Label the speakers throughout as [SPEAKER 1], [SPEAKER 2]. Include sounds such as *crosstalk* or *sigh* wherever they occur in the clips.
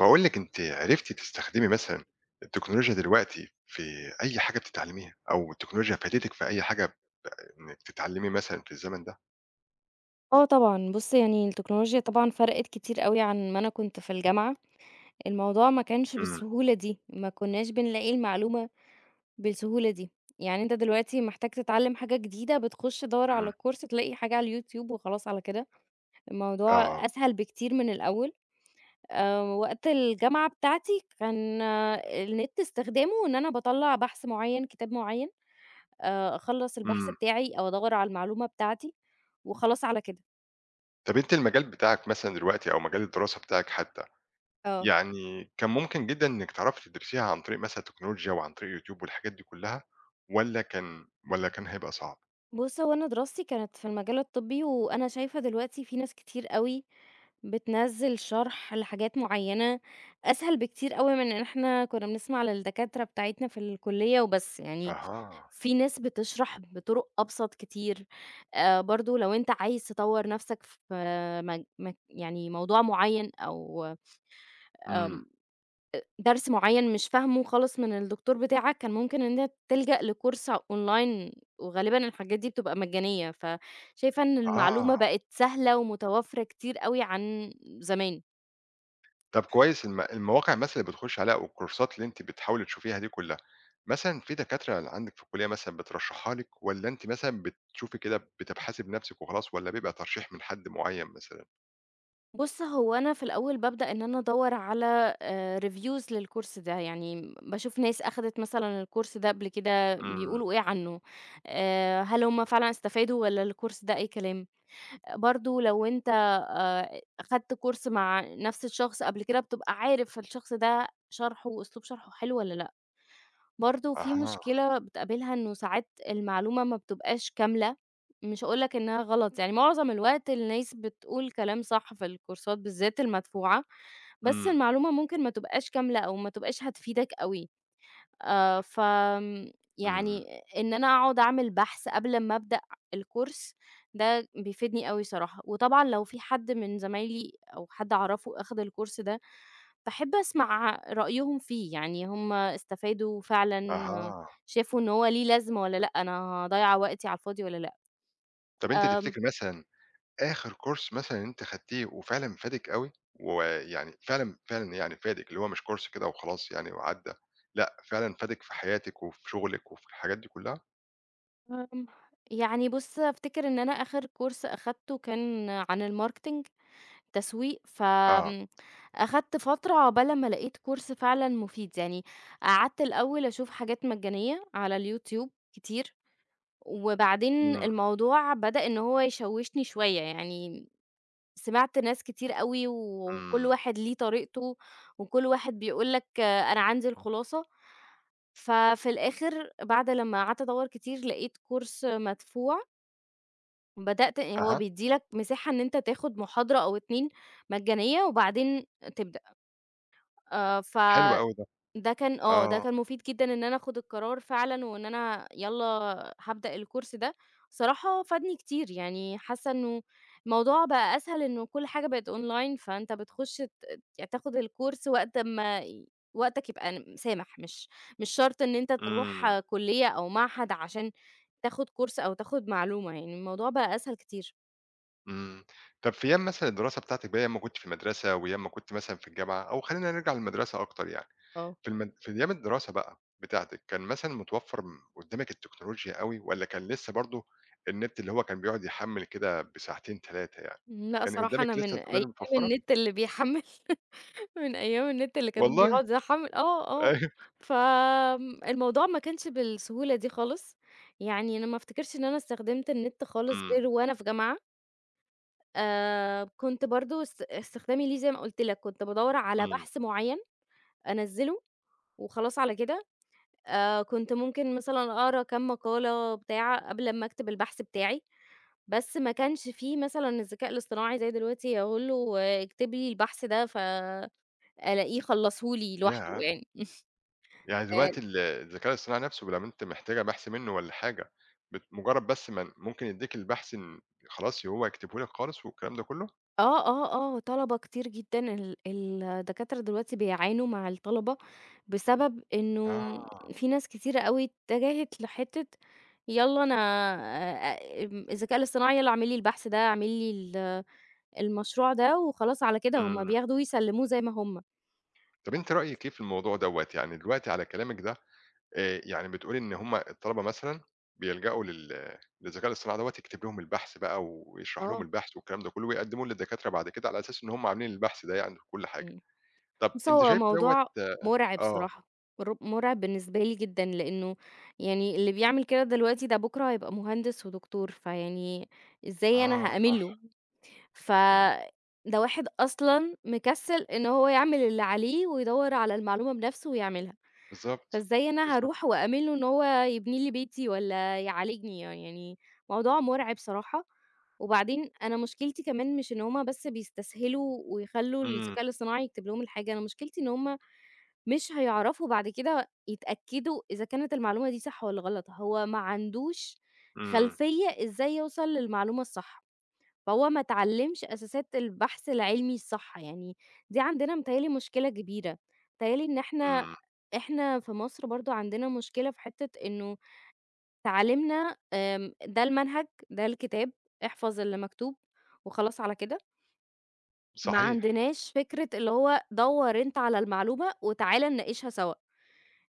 [SPEAKER 1] باقول لِك أنتِ عرفتِ تستخدمي مثلًا التكنولوجيا دلوقتي في أي حاجة بتتعلميها، أو التكنولوجيا فادتِك في أي حاجة إنِّك تتعلمي مثلًا في الزمن ده؟
[SPEAKER 2] آه طبعًا، بُص يعني التكنولوجيا طبعًا فرقِت كتير أوي عن ما أنا كنت في الجامعة، الموضوع ما كانش
[SPEAKER 1] إمم،
[SPEAKER 2] بالسهولة دي، ما كناش بنلاقي المعلومة بالسهولة دي، يعني أنت دلوقتي محتاج تتعلّم حاجة جديدة بتخش تدوّر على
[SPEAKER 1] إمم،
[SPEAKER 2] الcourse تلاقي حاجة على اليوتيوب وخلاص على كده، الموضوع
[SPEAKER 1] آه،
[SPEAKER 2] أسهل بكتير من الأول، وقت الجامعة بتاعتي كان النت استخدامه إن أنا باطلّع بحث معيّن، كتاب معيّن، أخلّص البحث
[SPEAKER 1] إمم.
[SPEAKER 2] بتاعي أو أدوّر على المعلومة بتاعتي وخلاص على كده،
[SPEAKER 1] طَب أنتِ المجال بتاعِك مثلًا دلوقتي أو مجال الدراسة بتاعِك حتى،
[SPEAKER 2] آه.
[SPEAKER 1] يعني كان ممكن جدًا إنِّك تعرفي تدرسيها عن طريق مثلًا التكنولوجيا وعن طريق YouTube والحاجات دي كلّها والّا كان هيبقى صعب؟
[SPEAKER 2] بُص، هو أنا دراستي كانت في المجال الطبّي، وأنا شايفة دلوقتي في ناس كتير أوي بتنزّل شرح لحاجات معيّنة، أسهل بكتير أوي من إن إحنا كنا بنسمع للدكاترة بتاعتنا في الكلية وبس، يعني
[SPEAKER 1] أها،
[SPEAKER 2] في ناس بتشرح بطرق أبسط كتير، برضه لو أنت عايز تطوّر نَفْسك في مج مج يعني موضوع معيّن أو
[SPEAKER 1] إمم،
[SPEAKER 2] درس معيّن مش فاهمه خالص من الدكتور بتاعك، كان ممكن إن أنت تلجأ لكورس أونلاين، وغالبًا الحاجات دي بتبقى مجانية، فشايفة إن المعلومة
[SPEAKER 1] آه.
[SPEAKER 2] بقت سهلة ومتوفرة كتير أوي عن زمان.
[SPEAKER 1] طب كويس المواقع مثلًا اللي بتخشي عليها أو الكورسات اللي أنتِ بتحاولي تشوفيها دي كلّها، مثلًا في دكاترة اللي عندِك في الكلية مثلًا بترشحها لِك والّا أنتِ مثلًا بتشوفي كده بتبحثي بنفسِك وخلاص والّا بيبقى ترشيح من حد معيّن مثلًا؟
[SPEAKER 2] بُص، هو أنا في الأول بابدأ إن أنا أدوّر على reviews للكورس ده، يعني باشوف ناس أخدت مثلًا الكورس ده قبل كده
[SPEAKER 1] إمم،
[SPEAKER 2] بيقولوا إيه عنه، هل هُم فعلًا استفادوا والّا الكورس ده أي كلام؟ برضه لو أنت أخدت كورس مع نفس الشخص قبل كده، بتبقى عارف الشخص ده شرحه وأسلوب شرحه حلو والّا لأ. برضه في
[SPEAKER 1] أها،
[SPEAKER 2] مشكلة بتقابلها إنه ساعات المعلومة ما بتبقاش كاملة، مش هاقول لك إنها غلط، يعني معظم الوقت الناس بتقول كلام صح في الكورسات بالذات المدفوعة، بس
[SPEAKER 1] إمم،
[SPEAKER 2] المعلومة ممكن ما تبقاش كاملة أو ما تبقاش هتفيدك أوي. ف آمم
[SPEAKER 1] إمم،
[SPEAKER 2] يعني إن أنا أقعد أعمل بحث قبل ما أبدأ الcourse ده بيفيدني أوي صراحة، وطبعًا لو في حد من زمايلي أو حد أعرفه أخد الcourse ده، باحب أسمع رأيهم فيه، يعني هم استفادوا فعلًا، آه،
[SPEAKER 1] أها.
[SPEAKER 2] شافوا إن هو ليه لازمة والّا لأ، أنا هاضيّع وقتي على الفاضي والّا لأ.
[SPEAKER 1] طب أنتِ
[SPEAKER 2] آمم،
[SPEAKER 1] تفتكري مثلًا آخر كورس مثلًا أنتِ خدتيه وفعلًا فادِك أوي، ويعني فعلًا، فعلًا يعني فادِك، اللي هو مش كورس كده وخلاص يعني وعدّى، لأ فعلًا فادِك في حياتِك وفي شغلِك وفي الحاجات دي كلّها؟
[SPEAKER 2] آمم يعني بُص أفتكر إن أنا آخر course أخدته كان عن الmarketing. تسويق،
[SPEAKER 1] آه،
[SPEAKER 2] أخدت فترة عقبال أمّا لقيت كورس فعلًا مفيد، يعني قعدت الأول أشوف حاجات مجانية على اليوتيوب كتير، وبعدين
[SPEAKER 1] إمم،
[SPEAKER 2] الموضوع بدأ إن هو يشوّشني شوية، يعني سمعت ناس كتير أوي وكل
[SPEAKER 1] إمم.
[SPEAKER 2] واحد ليه طريقته، وكل واحد بيقول لك أنا عندي الخلاصة، ففي الآخر بعد لمّا قعدت أدوّر كتير لقيت كورس مدفوع بدأت هو
[SPEAKER 1] أها،
[SPEAKER 2] بيدّي لك مساحة إن أنت تاخد محاضرة أو 2 مجانية وبعدين تبدأ،
[SPEAKER 1] حلو أوي
[SPEAKER 2] فده
[SPEAKER 1] ده،
[SPEAKER 2] كان ده
[SPEAKER 1] آه،
[SPEAKER 2] كان مفيد جدًا إن أنا آخد القرار فعلًا وإن أنا يالّا هابدأ الكورس ده، صراحة فادني كتير، يعني حاسة إنه الموضوع بقى أسهل إنه كل حاجة بقت online فأنت بتخش يعني تاخد الكورس وقت أمّا وقتك يبقى سامح، مش شرط إن أنت
[SPEAKER 1] إمم،
[SPEAKER 2] تروح كلية أو معهد عشان تاخد كورس أو تاخد معلومة، يعني الموضوع بقى أسهل كتير،
[SPEAKER 1] إمم. طب في أيام مثلًا الدراسة بتاعتِك بقى، أيام ما كنتِ في المدرسة وأيام ما كنتِ مثلًا في الجامعة، أو خلّينا نرجع للمدرسة أكتر يعني،
[SPEAKER 2] آه.
[SPEAKER 1] في أيام الدراسة بقى بتاعتِك، كان مثلًا متوفّر قدّامِك التكنولوجيا أوي، والّا كان لسه برضه النت اللي هو كان بيقعد يحمّل كده بساعتين 3 يعني؟
[SPEAKER 2] لأ
[SPEAKER 1] كان
[SPEAKER 2] صراحة أنا
[SPEAKER 1] قدّامِك لسه
[SPEAKER 2] من أيام
[SPEAKER 1] التكنولوجيا متوفّرة؟
[SPEAKER 2] النت اللي بيحمّل، *laughs* من أيام النت اللي كان
[SPEAKER 1] والله!
[SPEAKER 2] بيقعد يحمّل
[SPEAKER 1] *laughs* أيوه،
[SPEAKER 2] الموضوع ما كانش بالسهولة دي خالص، يعني أنا ما أفتكرش إن أنا استخدمت النت خالص
[SPEAKER 1] إمم،
[SPEAKER 2] غير وأنا في جامعة، كنت برضه استخدامي ليه زي ما قُلت لك، كنت بادوّر على
[SPEAKER 1] إمم،
[SPEAKER 2] بحث معيّن أنزّله وخلاص على كده، كنت ممكن مثلًا أقرا كام مقالة بتاع قبل أمّا أكتب البحث بتاعي. بس ما كانش في مثلًا الذكاء الاصطناعي زي دلوقتي أقول له اكتبي لي البحث ده فألاقيه خلّصه لي لوحده
[SPEAKER 1] ياه!
[SPEAKER 2] يعني.
[SPEAKER 1] يعني
[SPEAKER 2] آآ
[SPEAKER 1] دلوقتي الذكاء الاصطناعي نفسه لما أنت محتاجة بحث منه والّا حاجة، مجرد بس ما ممكن يدّيك البحث ن خلاص هو يكتبه لك خالص والكلام ده كله؟
[SPEAKER 2] آه، طلبة كتير جدًا الدكاترة دلوقتي بيعانوا مع الطلبة بسبب إنه
[SPEAKER 1] آه.
[SPEAKER 2] في ناس كتيرة أوي اتجهت لحتّة يالّا أنا آمم الذكاء الاصطناعي يالّا اعمل لي البحث ده، اعمل لي المشروع ده وخلاص على كده، هم
[SPEAKER 1] إمم.
[SPEAKER 2] بياخدوه ويسلموه زي ما هم.
[SPEAKER 1] طب أنتِ رأيِك إيه في الموضوع دوّة؟ يعني دلوقتي على كلامِك ده يعني بتقولي إن هم الطلبة مثلًا بيلجأوا للذكاء الاصطناعي دوّة يكتب لهم البحث بقى ويشرح لهم
[SPEAKER 2] آه.
[SPEAKER 1] البحث والكلام ده كله ويقدموه للدكاترة بعد كده على أساس إن هم عاملين البحث ده يعني وكل حاجة.
[SPEAKER 2] إمم.
[SPEAKER 1] طب
[SPEAKER 2] بُص،
[SPEAKER 1] أنتِ
[SPEAKER 2] هو
[SPEAKER 1] شايفة دوّة
[SPEAKER 2] موضوع مُرعب
[SPEAKER 1] آه.
[SPEAKER 2] صراحة، مُرعب بالنسبة لي جدًا، لإنه يعني اللي بيعمل كده دلوقتي ده بُكرة هيبقى مهندس ودكتور، فيعني إزاي أنا
[SPEAKER 1] آه،
[SPEAKER 2] هأمِن
[SPEAKER 1] صح.
[SPEAKER 2] له؟ ف
[SPEAKER 1] إمم.
[SPEAKER 2] ده واحد أصلًا مكسِّل إن هو يعمل اللي عليه ويدوّر على المعلومة بنفسه ويعملها،
[SPEAKER 1] بالضبط،
[SPEAKER 2] فإزاي أنا
[SPEAKER 1] بالضبط.
[SPEAKER 2] هاروح وأمِن له إن هو يبني لي بيتي والّا يعالجني؟ يعني موضوع مُرعب صراحة، وبعدين أنا مشكلتي كمان مش إن هُم بس بيستسهلوا ويخلّوا
[SPEAKER 1] إمم.
[SPEAKER 2] الذكاء الاصطناعي يكتب لهم الحاجة، أنا مشكلتي إن هُم مش هيعرفوا بعد كده يتأكدوا إذا كانت المعلومة دي صح والّا غلط، هو ما عندوش
[SPEAKER 1] إمم،
[SPEAKER 2] خلفية إزاي يوصل للمعلومة الصح، فهو ما اتعلّمش أساسات البحث العلمي الصح، يعني دي عندنا متهيأ لي مشكلة كبيرة، متهيأ لي إن إحنا
[SPEAKER 1] إمم،
[SPEAKER 2] إحنا في مصر برضه عندنا مشكلة في حتّة إنه تعليمنا ده المنهج، ده الكتاب، احفظ اللي مكتوب وخلاص على كده، ما
[SPEAKER 1] صحيح.
[SPEAKER 2] عندناش فكرة اللي هو دوّر أنت على المعلومة وتعالَ نناقشها سوا،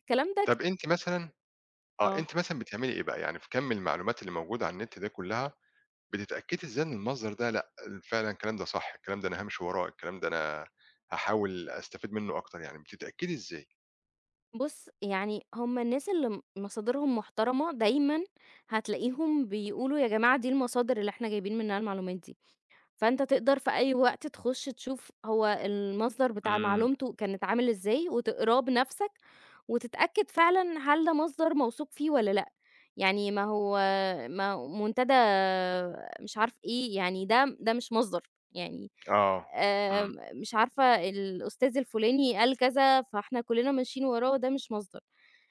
[SPEAKER 2] الكلام ده
[SPEAKER 1] طَب أنتِ مثلًا آه،
[SPEAKER 2] آه.
[SPEAKER 1] أنتِ مثلًا بتعملي إيه بقى؟ يعني في كَم المعلومات اللي موجودة على النت ده كلّها، بتتأكدي إزاي إن المصدر ده لأ، فعلًا الكلام ده صح، الكلام ده أنا هامشي وراه، الكلام ده أنا هاحاول أستفيد منّه أكتر يعني، بتتأكدي إزاي؟
[SPEAKER 2] بُص، يعني هم الناس اللي مصادرهم محترمة دايمًا هتلاقيهم بيقولوا يا جماعة دي المصادر اللي إحنا جايبين منها المعلومات دي، فأنت تقدر في أي وقت تخش تشوف هو المصدر بتاع
[SPEAKER 1] إمم،
[SPEAKER 2] معلومته كانت عامل إزاي وتقراه بنفسك وتتأكد فعلًا هل ده مصدر موثوق فيه والّا لأ، يعني ما هو ما منتدى مش عارف إيه، يعني ده مش مصدر، يعني
[SPEAKER 1] آه،
[SPEAKER 2] آآ
[SPEAKER 1] إمم،
[SPEAKER 2] مش عارفة الأستاذ الفُلاني قال كذا، فإحنا كُلّنا ماشيين وراه، ده مش مصدر.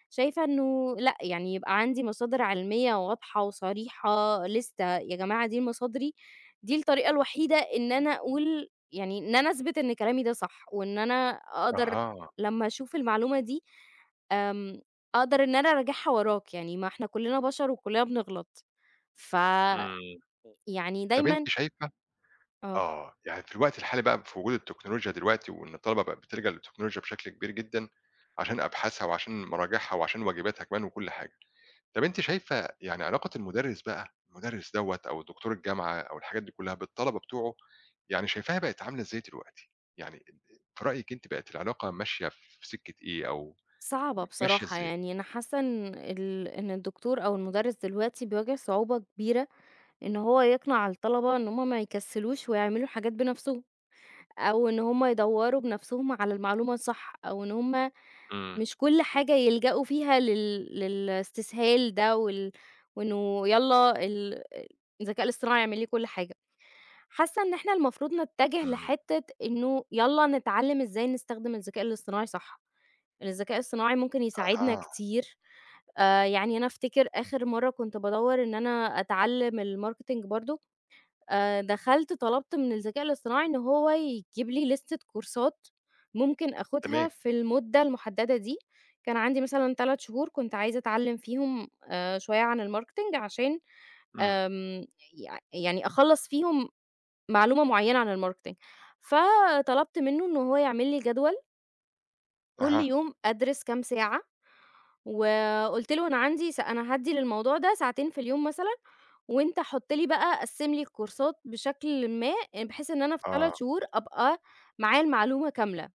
[SPEAKER 2] شايفة إنه لأ، يعني يبقى عندي مصادر علمية واضحة وصريحة، لِستة، يا جماعة دي مصادري، دي الطريقة الوحيدة إن أنا أقول يعني إن أنا أثبت إن كلامي ده صح، وإن أنا أقدر
[SPEAKER 1] أها،
[SPEAKER 2] لمّا أشوف المعلومة دي، آمم أقدر إن أنا أراجعها وراك، يعني ما إحنا كُلّنا بشر وكُلّنا بنغلط. فيعني
[SPEAKER 1] إمم. طَب
[SPEAKER 2] دايمًا
[SPEAKER 1] أنتِ شايفة
[SPEAKER 2] آه.
[SPEAKER 1] آه، يعني في الوقت الحالي بقى في وجود التكنولوجيا دلوقتي وإن الطلبة بقت بتلجأ للتكنولوجيا بشكل كبير جدًا عشان أبحاثها وعشان مراجعها وعشان واجباتها كمان وكل حاجة. طب أنتِ شايفة يعني علاقة المُدرِّس بقى، المُدرِّس دوّة أو دكتور الجامعة أو الحاجات دي كلّها بالطلبة بتوعه، يعني شايفاها بقت عاملة إزاي دلوقتي؟ يعني في رأيِك أنتِ بقت العلاقة ماشية في سكة إيه أو
[SPEAKER 2] صعبة
[SPEAKER 1] ماشية
[SPEAKER 2] بصراحة،
[SPEAKER 1] إزاي؟
[SPEAKER 2] يعني أنا حاسة إن إن الدكتور أو المُدرّس دلوقتي بيواجه صعوبة كبيرة إن هو يقنع الطلبة إن هُم ما يكسّلوش ويعملوا حاجات بنَفْسهم، أو إن هُم يدوّروا بنَفْسهم على المعلومة الصح، أو إن هُم
[SPEAKER 1] إمم،
[SPEAKER 2] مش كل حاجة يلجأوا فيها للاستسهال ده وإنه يالّا الذكاء الاصطناعي يعمل لي كل حاجة. حاسة إن إحنا المفروض نتجه
[SPEAKER 1] إمم،
[SPEAKER 2] لحتّة إنه يالّا نتعلّم إزاي نستخدم الذكاء الاصطناعي صح، الذكاء الاصطناعي ممكن يساعدنا
[SPEAKER 1] أها،
[SPEAKER 2] كتير يعني أنا أفتكر آخر مرّة كنت بادوّر إن أنا أتعلّم الmarketing برضه، دخلت طلبت من الذكاء الاصطناعي إن هو يجيب لي لِستة كورسات ممكن آخُدها
[SPEAKER 1] تمام،
[SPEAKER 2] في المدة المحددة دي، كان عندي مثلًا 3 شهور كنت عايزة أتعلّم فيهم شوية عن الmarketing عشان
[SPEAKER 1] إمم،
[SPEAKER 2] آمم، يعني أخلّص فيهم معلومة معيّنة عن الmarketing، فطلبت منّه إن هو يعمل لي جدول كل
[SPEAKER 1] أها،
[SPEAKER 2] يوم أدرس كام ساعة وقُلت له: "أنا عندي أنا هادّي للموضوع ده ساعتين في اليوم مثلًا، وأنت حُط لي بقى قسّم لي الكورسات بشكل ما، بحيث إن أنا في 3
[SPEAKER 1] آه،
[SPEAKER 2] شهور أبقى معايا المعلومة كاملة."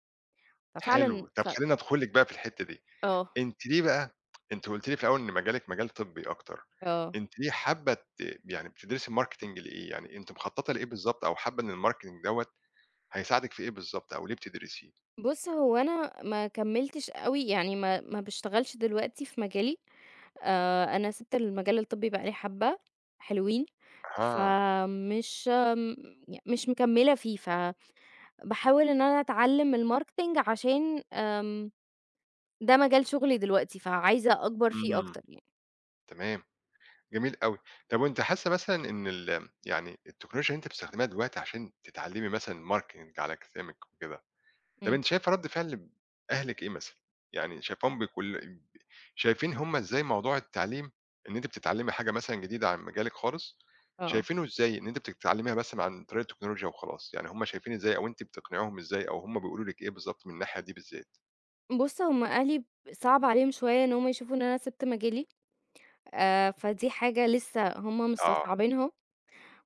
[SPEAKER 2] ففعلًا
[SPEAKER 1] حلو. طب
[SPEAKER 2] ف
[SPEAKER 1] خلّيني أدخل لِك بقى في الحتّة دي،
[SPEAKER 2] آه،
[SPEAKER 1] أنتِ ليه بقى أنتِ قُلتِ لي في الأول إن مجالِك مجال طبّي أكتر،
[SPEAKER 2] آه.
[SPEAKER 1] أنتِ ليه حابة ت يعني بتدرسي marketing لإيه؟ يعني أنتِ مخططة لإيه بالضبط أو حابة إن الmarketing دوّة هيساعدِك في إيه بالضبط أو ليه بتدرسيه؟
[SPEAKER 2] بُص، هو أنا ما كمّلتش أوي، يعني ما باشتغلش دلوقتي في مجالي، أنا سِبت المجال الطبّي بقى لي حبّة حلوين،
[SPEAKER 1] أها،
[SPEAKER 2] فمش م مش مكمّلة فيه، فباحاول إن أنا أتعلّم الmarketing عشان ده مجال شغلي دلوقتي، فعايزة أكبر فيه
[SPEAKER 1] إمم.
[SPEAKER 2] أكتر يعني.
[SPEAKER 1] تمام، جميل أوي. طب وأنتِ حاسة مثلًا إن يعني التكنولوجيا اللي أنتِ بتستخدميها دلوقتي عشان تتعلمي مثلًا marketing على كلامِك وكده، طب
[SPEAKER 2] إمم،
[SPEAKER 1] أنتِ شايفة رد فعل أهلِك إيه مثلًا؟ يعني شايفاهم بكل شايفين هُم إزاي موضوع التعليم إن أنتِ بتتعلمي حاجة مثلًا جديدة عن مجالِك خالص،
[SPEAKER 2] آه.
[SPEAKER 1] شايفينه إزاي إن أنتِ بتتعلميها مثلًا عن طريق التكنولوجيا وخلاص، يعني هُم شايفين إزاي أو أنتِ بتقنعيهم إزاي أو هُم بيقولوا لِك إيه بالضبط من الناحية دي بالذات؟
[SPEAKER 2] بُص، هُم أهلي صعب عليهم شوية إن هُم يشوفوا إن أنا سِبت مجالي، فدي حاجة لسه هُم
[SPEAKER 1] آه،
[SPEAKER 2] مستصعبينها،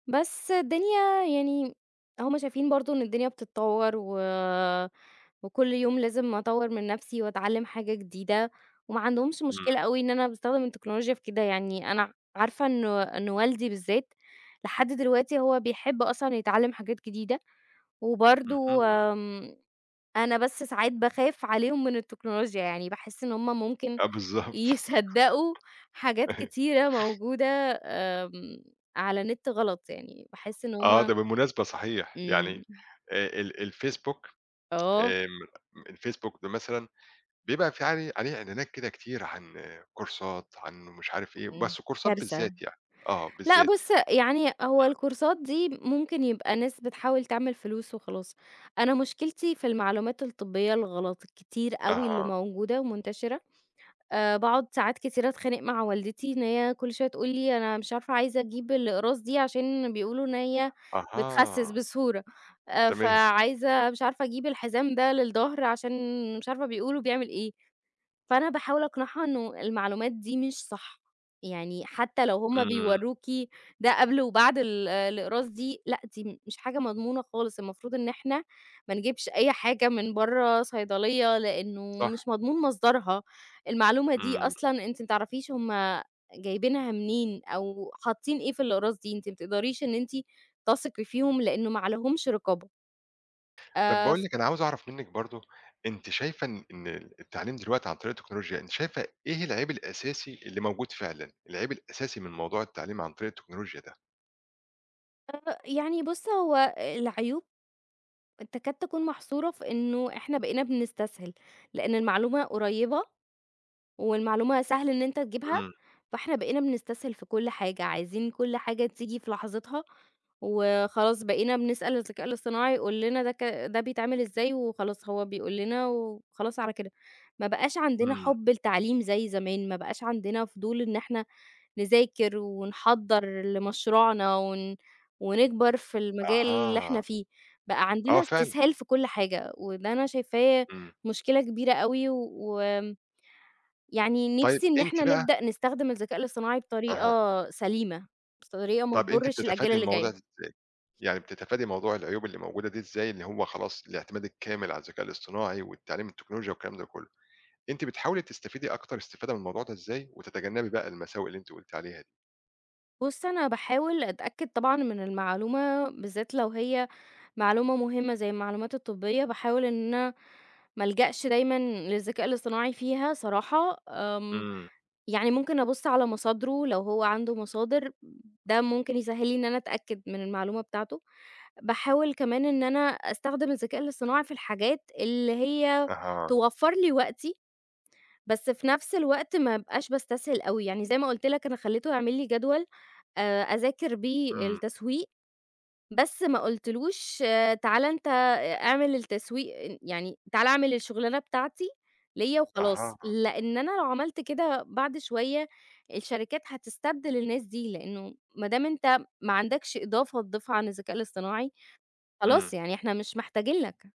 [SPEAKER 2] بس الدنيا يعني هُم شايفين برضه إن الدنيا بتتطور وكل يوم لازم أطوّر من نفسي وأتعلم حاجة جديدة، وما عندهمش
[SPEAKER 1] إمم،
[SPEAKER 2] مشكلة أوي إن أنا باستخدم التكنولوجيا في كده، يعني أنا عارفة إنه إن والدي بالذات لحد دلوقتي هو بيحب أصلًا يتعلم حاجات جديدة. وبرضه
[SPEAKER 1] اهم.
[SPEAKER 2] أنا بس ساعات باخاف عليهم من التكنولوجيا، يعني باحس إن هُم ممكن
[SPEAKER 1] آه بالضبط *laughs*
[SPEAKER 2] يصدّقوا حاجات
[SPEAKER 1] أيوه.
[SPEAKER 2] كتيرة موجودة آمم، على النت غلط، يعني باحس إن
[SPEAKER 1] آه،
[SPEAKER 2] هُم
[SPEAKER 1] ده بالمناسبة صحيح، يعني
[SPEAKER 2] إمم،
[SPEAKER 1] ال الفيسبوك
[SPEAKER 2] آه،
[SPEAKER 1] آمم، الفيسبوك ده مثلًا بيبقى في عليه إعلانات كده كتير عن آه، كورسات، عن مش عارف إيه،
[SPEAKER 2] إمم،
[SPEAKER 1] بس كورسات
[SPEAKER 2] كارثة.
[SPEAKER 1] بالذات يعني، آه
[SPEAKER 2] لأ
[SPEAKER 1] بالذات.
[SPEAKER 2] بُص، يعني هو الكورسات دي ممكن يبقى ناس بتحاول تعمل فلوس وخلاص، أنا مشكلتي في المعلومات الطبية الغلط الكتير أوي اللي
[SPEAKER 1] أها،
[SPEAKER 2] موجودة ومنتشرة باقعد ساعات كتيرة أتخانق مع والدتي إن هي كل شوية تقول لي: "أنا مش عارفة عايزة أجيب الأقراص دي عشان بيقولوا إن هي بتخسِّس
[SPEAKER 1] أها،
[SPEAKER 2] بسهورة،
[SPEAKER 1] تمام،
[SPEAKER 2] فعايزة مش عارفة أجيب الحزام ده للضهر عشان مش عارفة بيقولوا بيعمل إيه." فأنا باحاول أقنعها إنه المعلومات دي مش صح، يعني حتى لو هُم
[SPEAKER 1] إمم،
[SPEAKER 2] بيوروكِ ده قبل وبعد الإقراص دي، لأ دي مش حاجة مضمونة خالص، المفروض إن إحنا ما نجيبش أي حاجة من برّه صيدلية، لإنه
[SPEAKER 1] صح،
[SPEAKER 2] مش مضمون مصدرها، المعلومة دي
[SPEAKER 1] إمم.
[SPEAKER 2] أصلًا أنتِ ما تعرفيش هُم جايبينها منين أو حاطين إيه في الأقراص دي، أنتِ ما تقدريش إن أنتِ تثقي فيهم لإنه ما عليهمش رقابة.
[SPEAKER 1] طب باقول
[SPEAKER 2] ف
[SPEAKER 1] لِك أنا عاوز أعرف منِّك برضه، أنتِ شايفة إن التعليم دلوقتي عن طريق التكنولوجيا، أنتِ شايفة إيه العيب الأساسي اللي موجود فعلًا، العيب الأساسي من موضوع التعليم عن طريق التكنولوجيا ده؟
[SPEAKER 2] يعني بُص هو العيوب تكاد تكون محصورة في إنه إحنا بقينا بنستسهل، لإن المعلومة قريبة والمعلومة سهل إن أنت تجيبها،
[SPEAKER 1] إمم،
[SPEAKER 2] فإحنا بقينا بنستسهل في كل حاجة، عايزين كل حاجة تيجي في لحظتها، وخلاص بقينا بنسأل الذكاء الاصطناعي يقول لنا ده ده بيتعمل إزاي وخلاص هو بيقول لنا وخلاص على كده، ما بقاش عندنا
[SPEAKER 1] إمم.
[SPEAKER 2] حُب لتعليم زي زمان، ما بقاش عندنا فضول إن إحنا نذاكر ونحضّر لمشروعنا ونكبر في المجال اللي إحنا
[SPEAKER 1] أها،
[SPEAKER 2] فيه، بقى
[SPEAKER 1] آه
[SPEAKER 2] عندنا
[SPEAKER 1] فعلًا،
[SPEAKER 2] استسهال في كل حاجة، وده أنا شايفاه
[SPEAKER 1] إمم.
[SPEAKER 2] مشكلة كبيرة أوي، يعني
[SPEAKER 1] طيب
[SPEAKER 2] نِفْسي إن
[SPEAKER 1] أنتِ
[SPEAKER 2] إحنا
[SPEAKER 1] بقى
[SPEAKER 2] نبدأ نستخدم الذكاء الاصطناعي بطريقة
[SPEAKER 1] أها،
[SPEAKER 2] سليمة، بطريقة ما
[SPEAKER 1] طَب أنتِ
[SPEAKER 2] تضُرّش الأجيال
[SPEAKER 1] بتتفادي
[SPEAKER 2] اللي
[SPEAKER 1] الموضوع
[SPEAKER 2] جاية.
[SPEAKER 1] ده إزاي؟ يعني بتتفادي موضوع العيوب اللي موجودة دي إزاي، اللي هو خلاص الاعتماد الكامل على الذكاء الاصطناعي والتعليم التكنولوجيا والكلام ده كله، أنتِ بتحاولي تستفيدي أكتر استفادة من الموضوع ده إزاي، وتتجنبي بقى المساوئ اللي أنتِ قُلتِ عليها دي؟
[SPEAKER 2] بُص، أنا باحاول أتأكد طبعًا من المعلومة، بالذات لو هي معلومة مهمة زي المعلومات الطبية، باحاول إن أنا ما ألجأش دايمًا للذكاء الاصطناعي فيها صراحة،
[SPEAKER 1] إمم،
[SPEAKER 2] يعني ممكن أبُص على مصادره لو هو عنده مصادر، ده ممكن يسهّل لي إن أنا أتأكد من المعلومة بتاعته. باحاول كمان إن أنا أستخدم الذكاء الاصطناعي في الحاجات اللي هي
[SPEAKER 1] أها،
[SPEAKER 2] توفّر لي وقتي، بس في نفس الوقت ما ابقاش باستسهل أوي، يعني زي ما قُلت لك أنا خلّيته يعمل لي جدول أذاكر بيه
[SPEAKER 1] إمم،
[SPEAKER 2] التسويق بس ما قُلتلوش تعالَ أنت اعمل التسويق يعني تعالَ اعمل الشغلانة بتاعتي ليّا
[SPEAKER 1] أها،
[SPEAKER 2] وخلاص، لإن أنا لو عملت كده بعد شوية الشركات هتستبدل الناس دي، لإنه ما دام أنت ما عندكش إضافة تضيفها عن الذكاء الاصطناعي،
[SPEAKER 1] إمم،
[SPEAKER 2] خلاص يعني إحنا مش محتاجين لك.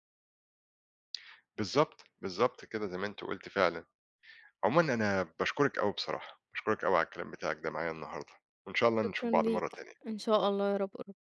[SPEAKER 1] بالضبط، بالضبط كده زي ما أنتِ قُلتِ فعلًا. عمومًا أنا باشكرِك أوي بصراحة، باشكرِك أوي على الكلام بتاعِك ده معايا النهارده، وإن شاء الله نشوف
[SPEAKER 2] شكرًا
[SPEAKER 1] بعض مرة
[SPEAKER 2] ليك،
[SPEAKER 1] تانية.
[SPEAKER 2] إن شاء الله يا رب قر